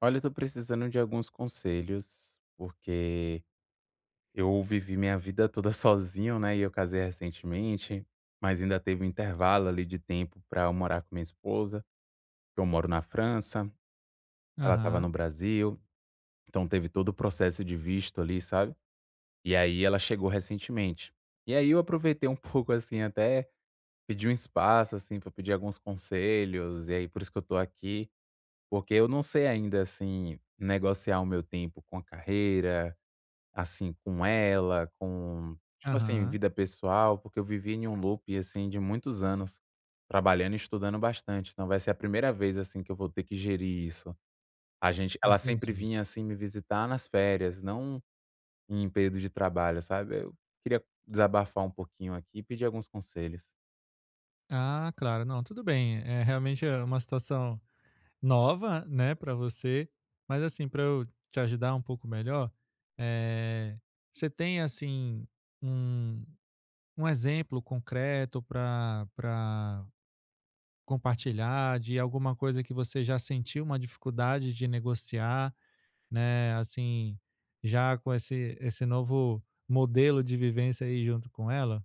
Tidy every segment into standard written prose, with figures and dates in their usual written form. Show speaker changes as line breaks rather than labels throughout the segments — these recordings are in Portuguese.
Olha, eu tô precisando de alguns conselhos, porque eu vivi minha vida toda sozinho, né? E eu casei recentemente, mas ainda teve um intervalo ali de tempo pra eu morar com minha esposa. Que Eu moro na França, ela tava no
Aham,
Brasil, então teve todo o processo de visto ali, sabe? E aí ela chegou recentemente. E aí eu aproveitei um pouco assim, até pedi um espaço assim pra pedir alguns conselhos, e aí por isso que eu tô aqui, porque eu não sei ainda assim negociar o meu tempo com a carreira. Assim, com ela, com tipo assim,
aham,
vida pessoal, porque eu vivi em um loop, assim, de muitos anos, trabalhando e estudando bastante, então vai ser a primeira vez, assim, que eu vou ter que gerir isso. A gente Ela sempre
entendi.
vinha, assim, me visitar nas férias, não em período de trabalho, sabe. Eu queria desabafar um pouquinho aqui e pedir alguns conselhos.
Ah, claro, não, tudo bem. É realmente é uma situação nova, né, para você, mas assim, para eu te ajudar um pouco melhor, eh, você tem assim um, um exemplo concreto para compartilhar de alguma coisa que você já sentiu uma dificuldade de negociar, né, assim, já com esse novo modelo de vivência aí junto com ela?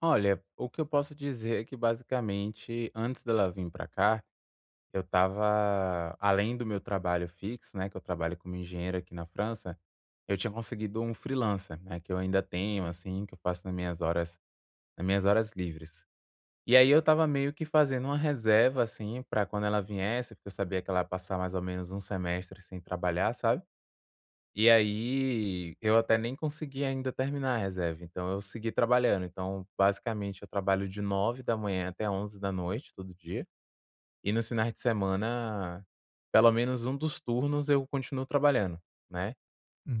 Olha, o que eu posso dizer é que basicamente, antes dela vir pra cá, eu estava além do meu trabalho fixo, né, que eu trabalho como engenheiro aqui na França, eu tinha conseguido um freelancer, né, que eu ainda tenho, assim, que eu faço nas minhas horas livres. E aí eu estava meio que fazendo uma reserva, assim, para quando ela viesse, porque eu sabia que ela ia passar mais ou menos um semestre sem trabalhar, sabe. E aí, eu até nem consegui ainda terminar a reserva, então eu segui trabalhando. Então, basicamente, eu trabalho de 9 da manhã até 23 da noite, todo dia. E nos finais de semana, pelo menos um dos turnos eu continuo trabalhando, né.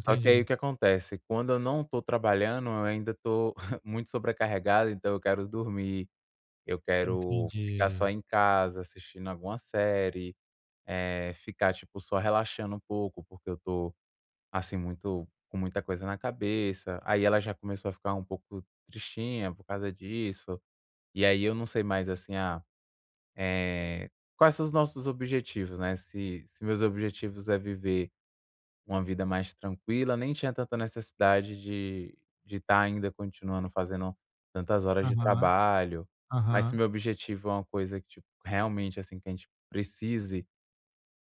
Só que aí o que acontece, quando eu não tô trabalhando, eu ainda tô muito sobrecarregado, então eu quero dormir, eu quero ficar só
Entendi.
em casa assistindo alguma série, ficar, tipo, só relaxando um pouco, porque eu tô, assim, muito com muita coisa na cabeça. Aí ela já começou a ficar um pouco tristinha por causa disso, e aí eu não sei mais, assim, eh, quais são os nossos objetivos, né. Se meus objetivos é viver uma vida mais tranquila, nem tinha tanta necessidade de estar ainda continuando fazendo tantas horas de
Aham,
trabalho. Mas se
aham.
meu objetivo é uma coisa que, tipo, realmente, assim, que a gente precise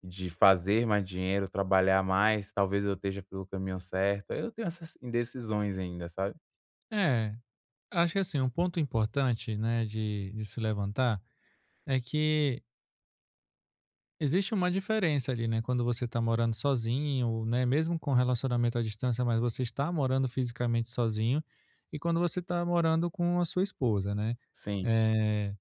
de fazer mais dinheiro, trabalhar mais, talvez eu esteja pelo caminho certo. Eu tenho essas indecisões ainda, sabe.
É, acho que assim, um ponto importante, né, de se levantar é que existe uma diferença ali, né, quando você está morando sozinho, né, mesmo com relacionamento à distância, mas você está morando fisicamente sozinho e quando você está morando com a sua esposa, né?
Sim.
Eh,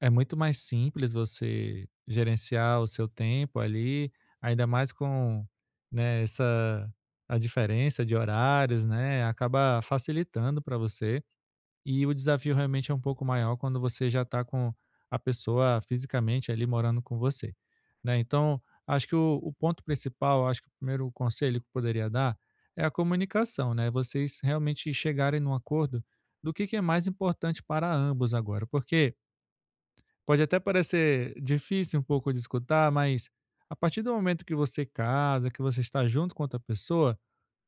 É muito mais simples você gerenciar o seu tempo ali, ainda mais com, né, essa a diferença de horários, né, acaba facilitando para você. E o desafio realmente é um pouco maior quando você já está com a pessoa fisicamente ali morando com você, né. Então, acho que o ponto principal, acho que o primeiro conselho que eu poderia dar é a comunicação, né, vocês realmente chegarem num acordo do que é mais importante para ambos agora, porque pode até parecer difícil um pouco de escutar, mas a partir do momento que você casa, que você está junto com outra pessoa,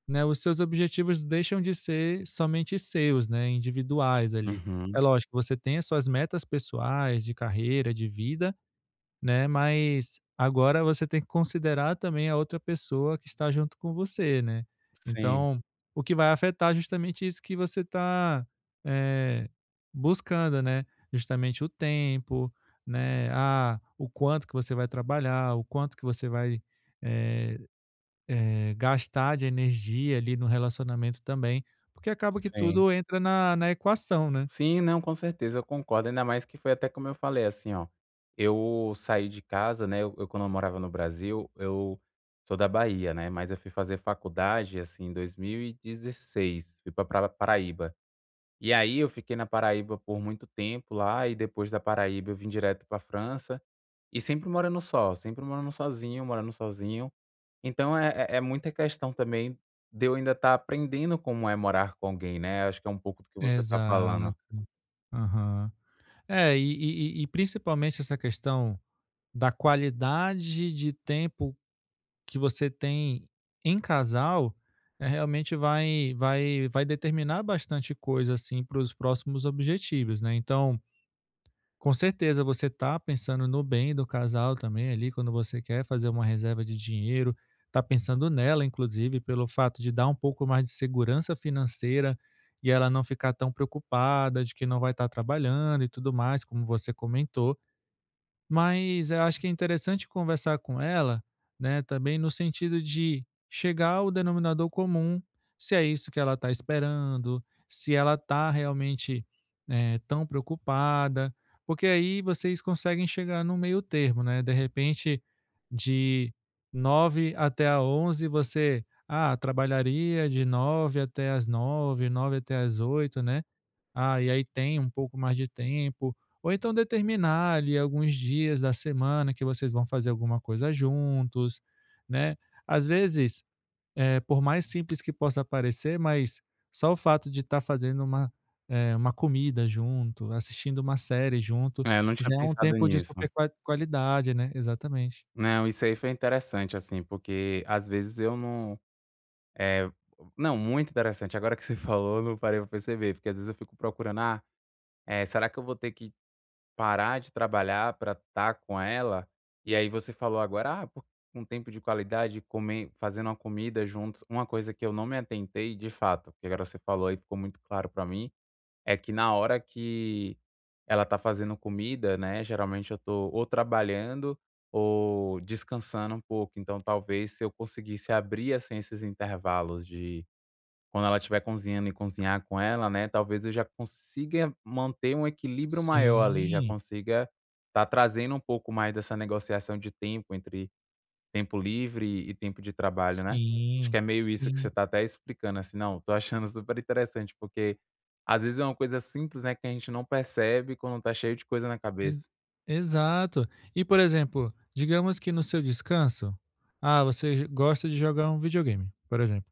né, os seus objetivos deixam de ser somente seus, né, individuais ali.
Uhum.
É lógico, você tem as suas metas pessoais, de carreira, de vida, né, mas agora você tem que considerar também a outra pessoa que está junto com você, né.
Sim,
Então, o que vai afetar justamente isso que você está buscando, né, justamente o tempo, né, ah, o quanto que você vai trabalhar, o quanto que você vai, eh gastar de energia ali no relacionamento também, porque acaba que
sim.
tudo entra na equação, né.
Sim, não, com certeza, eu concordo. Ainda mais que foi até como eu falei, assim, ó, eu saí de casa, né, eu quando eu morava no Brasil, eu sou da Bahia, né, mas eu fui fazer faculdade, assim, em 2016, fui pra Paraíba. E aí eu fiquei na Paraíba por muito tempo lá e depois da Paraíba eu vim direto pra França, e sempre morando só, sempre morando sozinho, morando sozinho. Então é muita questão também de eu ainda estar aprendendo como é morar com alguém, né, acho que é um pouco do que você tá falando.
Exato, aham. É, e e principalmente essa questão da qualidade de tempo que você tem em casal, eh, realmente vai determinar bastante coisa, assim, para os próximos objetivos, né. Então, com certeza você tá pensando no bem do casal também ali, quando você quer fazer uma reserva de dinheiro, tá pensando nela inclusive pelo fato de dar um pouco mais de segurança financeira, e ela não ficar tão preocupada de que não vai estar trabalhando e tudo mais, como você comentou. Mas eu acho que é interessante conversar com ela, né, também no sentido de chegar ao denominador comum, se é isso que ela está esperando, se ela está realmente tão preocupada, porque aí vocês conseguem chegar no meio termo, né? De repente, de 9h até a 11h você ah, trabalharia de 9h até as 9h, 9h até as 8h, né? Ah, e aí tem um pouco mais de tempo. Ou então determinar ali alguns dias da semana que vocês vão fazer alguma coisa juntos, né? Às vezes, por mais simples que possa parecer, mas só o fato de estar fazendo uma comida junto, assistindo uma série junto,
É, eu não tinha
já é um
pensado
tempo de
nisso.
super qualidade, né? Exatamente.
Não, isso aí foi interessante, assim, porque às vezes eu não é, não, muito interessante. Agora que você falou, eu não parei pra perceber, porque às vezes eu fico procurando: "Ah, será que eu vou ter que parar de trabalhar pra estar com ela?" E aí você falou agora: "Ah, por um tempo de qualidade, comer fazendo uma comida juntos", uma coisa que eu não me atentei, de fato, porque agora você falou e ficou muito claro pra mim. É que na hora que ela tá fazendo comida, né, geralmente eu tô ou trabalhando ou descansando um pouco, então talvez se eu conseguisse abrir, assim, esses intervalos de quando ela estiver cozinhando e cozinhar com ela, né, talvez eu já consiga manter um equilíbrio maior ali, já
Sim,
consiga tá trazendo um pouco mais dessa negociação de tempo entre tempo livre e tempo de trabalho, né. Acho que
sim,
é meio isso que você
sim.
tá até explicando, assim, não, tô achando super interessante, porque às vezes é uma coisa simples, né, que a gente não percebe quando tá cheio de coisa na
Ex
cabeça.
exato. E, por exemplo, digamos que no seu descanso, ah, você gosta de jogar um videogame, por exemplo.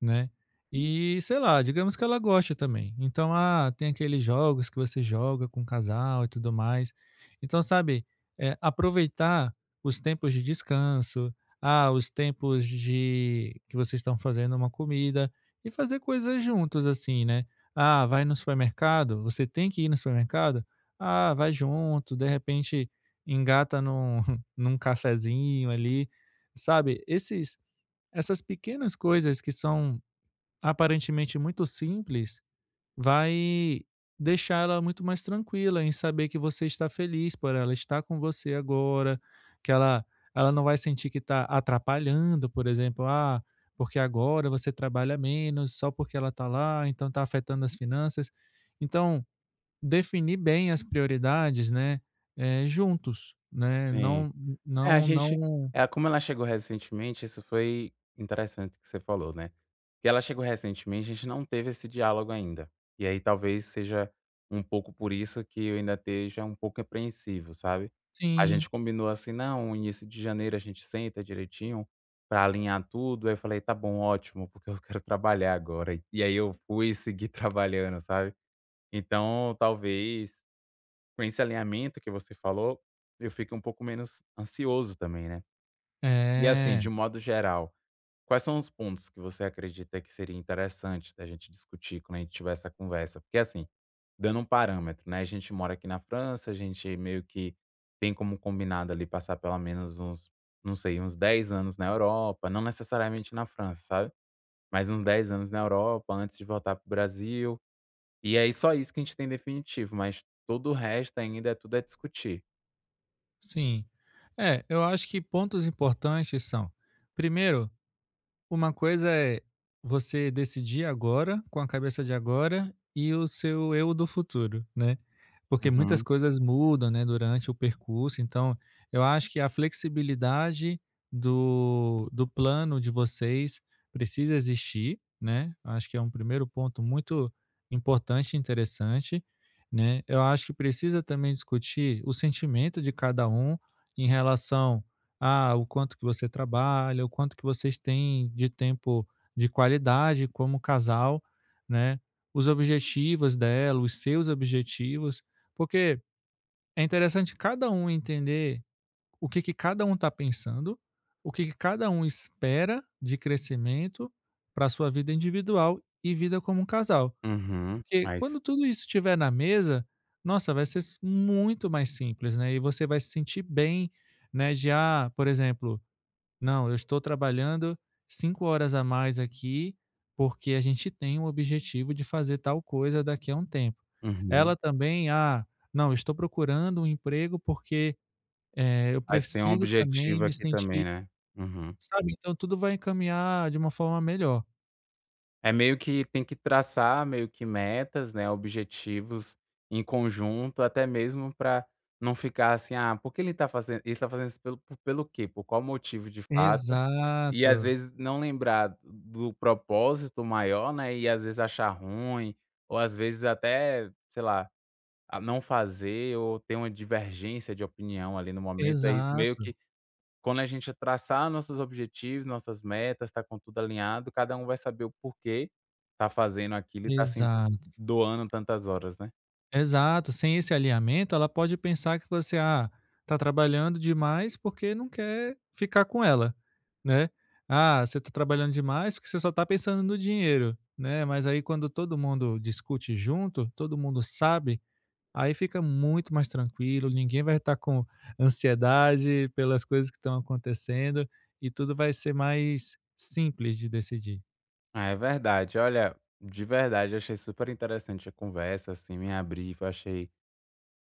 Né. E, sei lá, digamos que ela gosta também. Então, ah, tem aqueles jogos que você joga com o casal e tudo mais. Então, sabe, aproveitar os tempos de descanso, ah, os tempos de que vocês estão fazendo uma comida e fazer coisas juntos, assim, né. Ah, vai no supermercado, você tem que ir no supermercado? Ah, vai junto, de repente engata num num cafezinho ali, sabe. Esses essas pequenas coisas que são aparentemente muito simples, vai deixar ela muito mais tranquila em saber que você está feliz por ela estar com você agora, que ela não vai sentir que está atrapalhando, por exemplo, ah, porque agora você trabalha menos, só porque ela está lá, então está afetando as finanças. Então, definir bem as prioridades, né, é juntos, né,
Sim.
não
É, a
não
gente
não
é como ela chegou recentemente, isso foi interessante que você falou, né. Que ela chegou recentemente, a gente não teve esse diálogo ainda. E aí talvez seja um pouco por isso que eu ainda esteja um pouco apreensivo, sabe. A
sim,
gente combinou assim: "Não, início de janeiro a gente senta direitinho pra alinhar tudo". Aí eu falei: "Tá bom, ótimo, porque eu quero trabalhar agora". E aí eu fui seguir trabalhando, sabe. Então talvez com esse alinhamento que você falou, eu fique um pouco menos ansioso também, né. E assim,
é.
de modo geral, quais são os pontos que você acredita que seria interessante da gente discutir quando a gente tiver essa conversa? Porque assim, dando um parâmetro, né, a gente mora aqui na França, a gente meio que tem como combinado ali passar pelo menos uns, não sei, uns 10 anos na Europa, não necessariamente na França, sabe? Mas uns 10 anos na Europa antes de voltar pro Brasil. E aí só isso que a gente tem definitivo, mas todo o resto ainda é tudo é discutir.
Sim. É, eu acho que pontos importantes são: primeiro, uma coisa é você decidir agora, com a cabeça de agora, e o seu eu do futuro, né. Porque muitas
Uhum,
coisas mudam, né, durante o percurso, então eu acho que a flexibilidade do plano de vocês precisa existir, né, acho que é um primeiro ponto muito importante e interessante, né. Eu acho que precisa também discutir o sentimento de cada um em relação ah, o quanto que você trabalha, o quanto que vocês têm de tempo de qualidade como casal, né? Os objetivos dela, os seus objetivos, porque é interessante cada um entender o que que cada um está pensando, o que que cada um espera de crescimento para a sua vida individual e vida como um casal.
uhum.
Porque
Mas
quando tudo isso estiver na mesa, nossa, vai ser muito mais simples, né? E você vai se sentir bem, né? De, ah, por exemplo, não, eu estou trabalhando 5 horas a mais aqui, porque a gente tem o objetivo de fazer tal coisa daqui a um tempo. Ela
uhum.
também: "Ah, não, eu estou procurando um emprego porque, eu
Aí tem um
preciso também
objetivo
me
aqui também,
sentir".
né. Uhum.
Sabe, então tudo vai encaminhar de uma forma melhor.
É meio que tem que traçar meio que metas, né, objetivos em conjunto, até mesmo para não ficar assim: "Ah, por que ele tá fazendo isso pelo quê? Por qual motivo de fato?" E às
Exato,
vezes não lembrar do propósito maior, né, e às vezes achar ruim, ou às vezes até, sei lá, a não fazer ou ter uma divergência de opinião ali no momento, aí meio
exato,
que quando a gente traçar nossos objetivos, nossas metas, tá com tudo alinhado, cada um vai saber o porquê tá fazendo aquilo e tá sem
exato.
doando tantas horas, né.
Exato, sem esse alinhamento, ela pode pensar que você, ah, tá trabalhando demais porque não quer ficar com ela, né? Ah, você tá trabalhando demais porque você só tá pensando no dinheiro, né? Mas aí quando todo mundo discute junto, todo mundo sabe, aí fica muito mais tranquilo, ninguém vai estar com ansiedade pelas coisas que estão acontecendo e tudo vai ser mais simples de decidir.
Ah, é verdade. Olha, de verdade, achei super interessante a conversa, assim, me abrir. Eu achei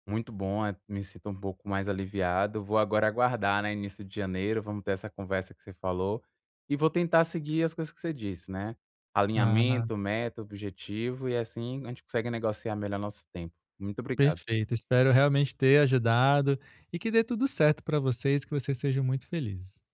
muito bom, me sinto um pouco mais aliviado. Vou agora aguardar, né, início de janeiro, vamos ter essa conversa que você falou, e vou tentar seguir as coisas que você disse, né,
Ah,
alinhamento, meta, objetivo e assim a gente consegue negociar melhor nosso tempo. Muito obrigado.
perfeito, espero realmente ter ajudado e que dê tudo certo para vocês, que vocês sejam muito felizes.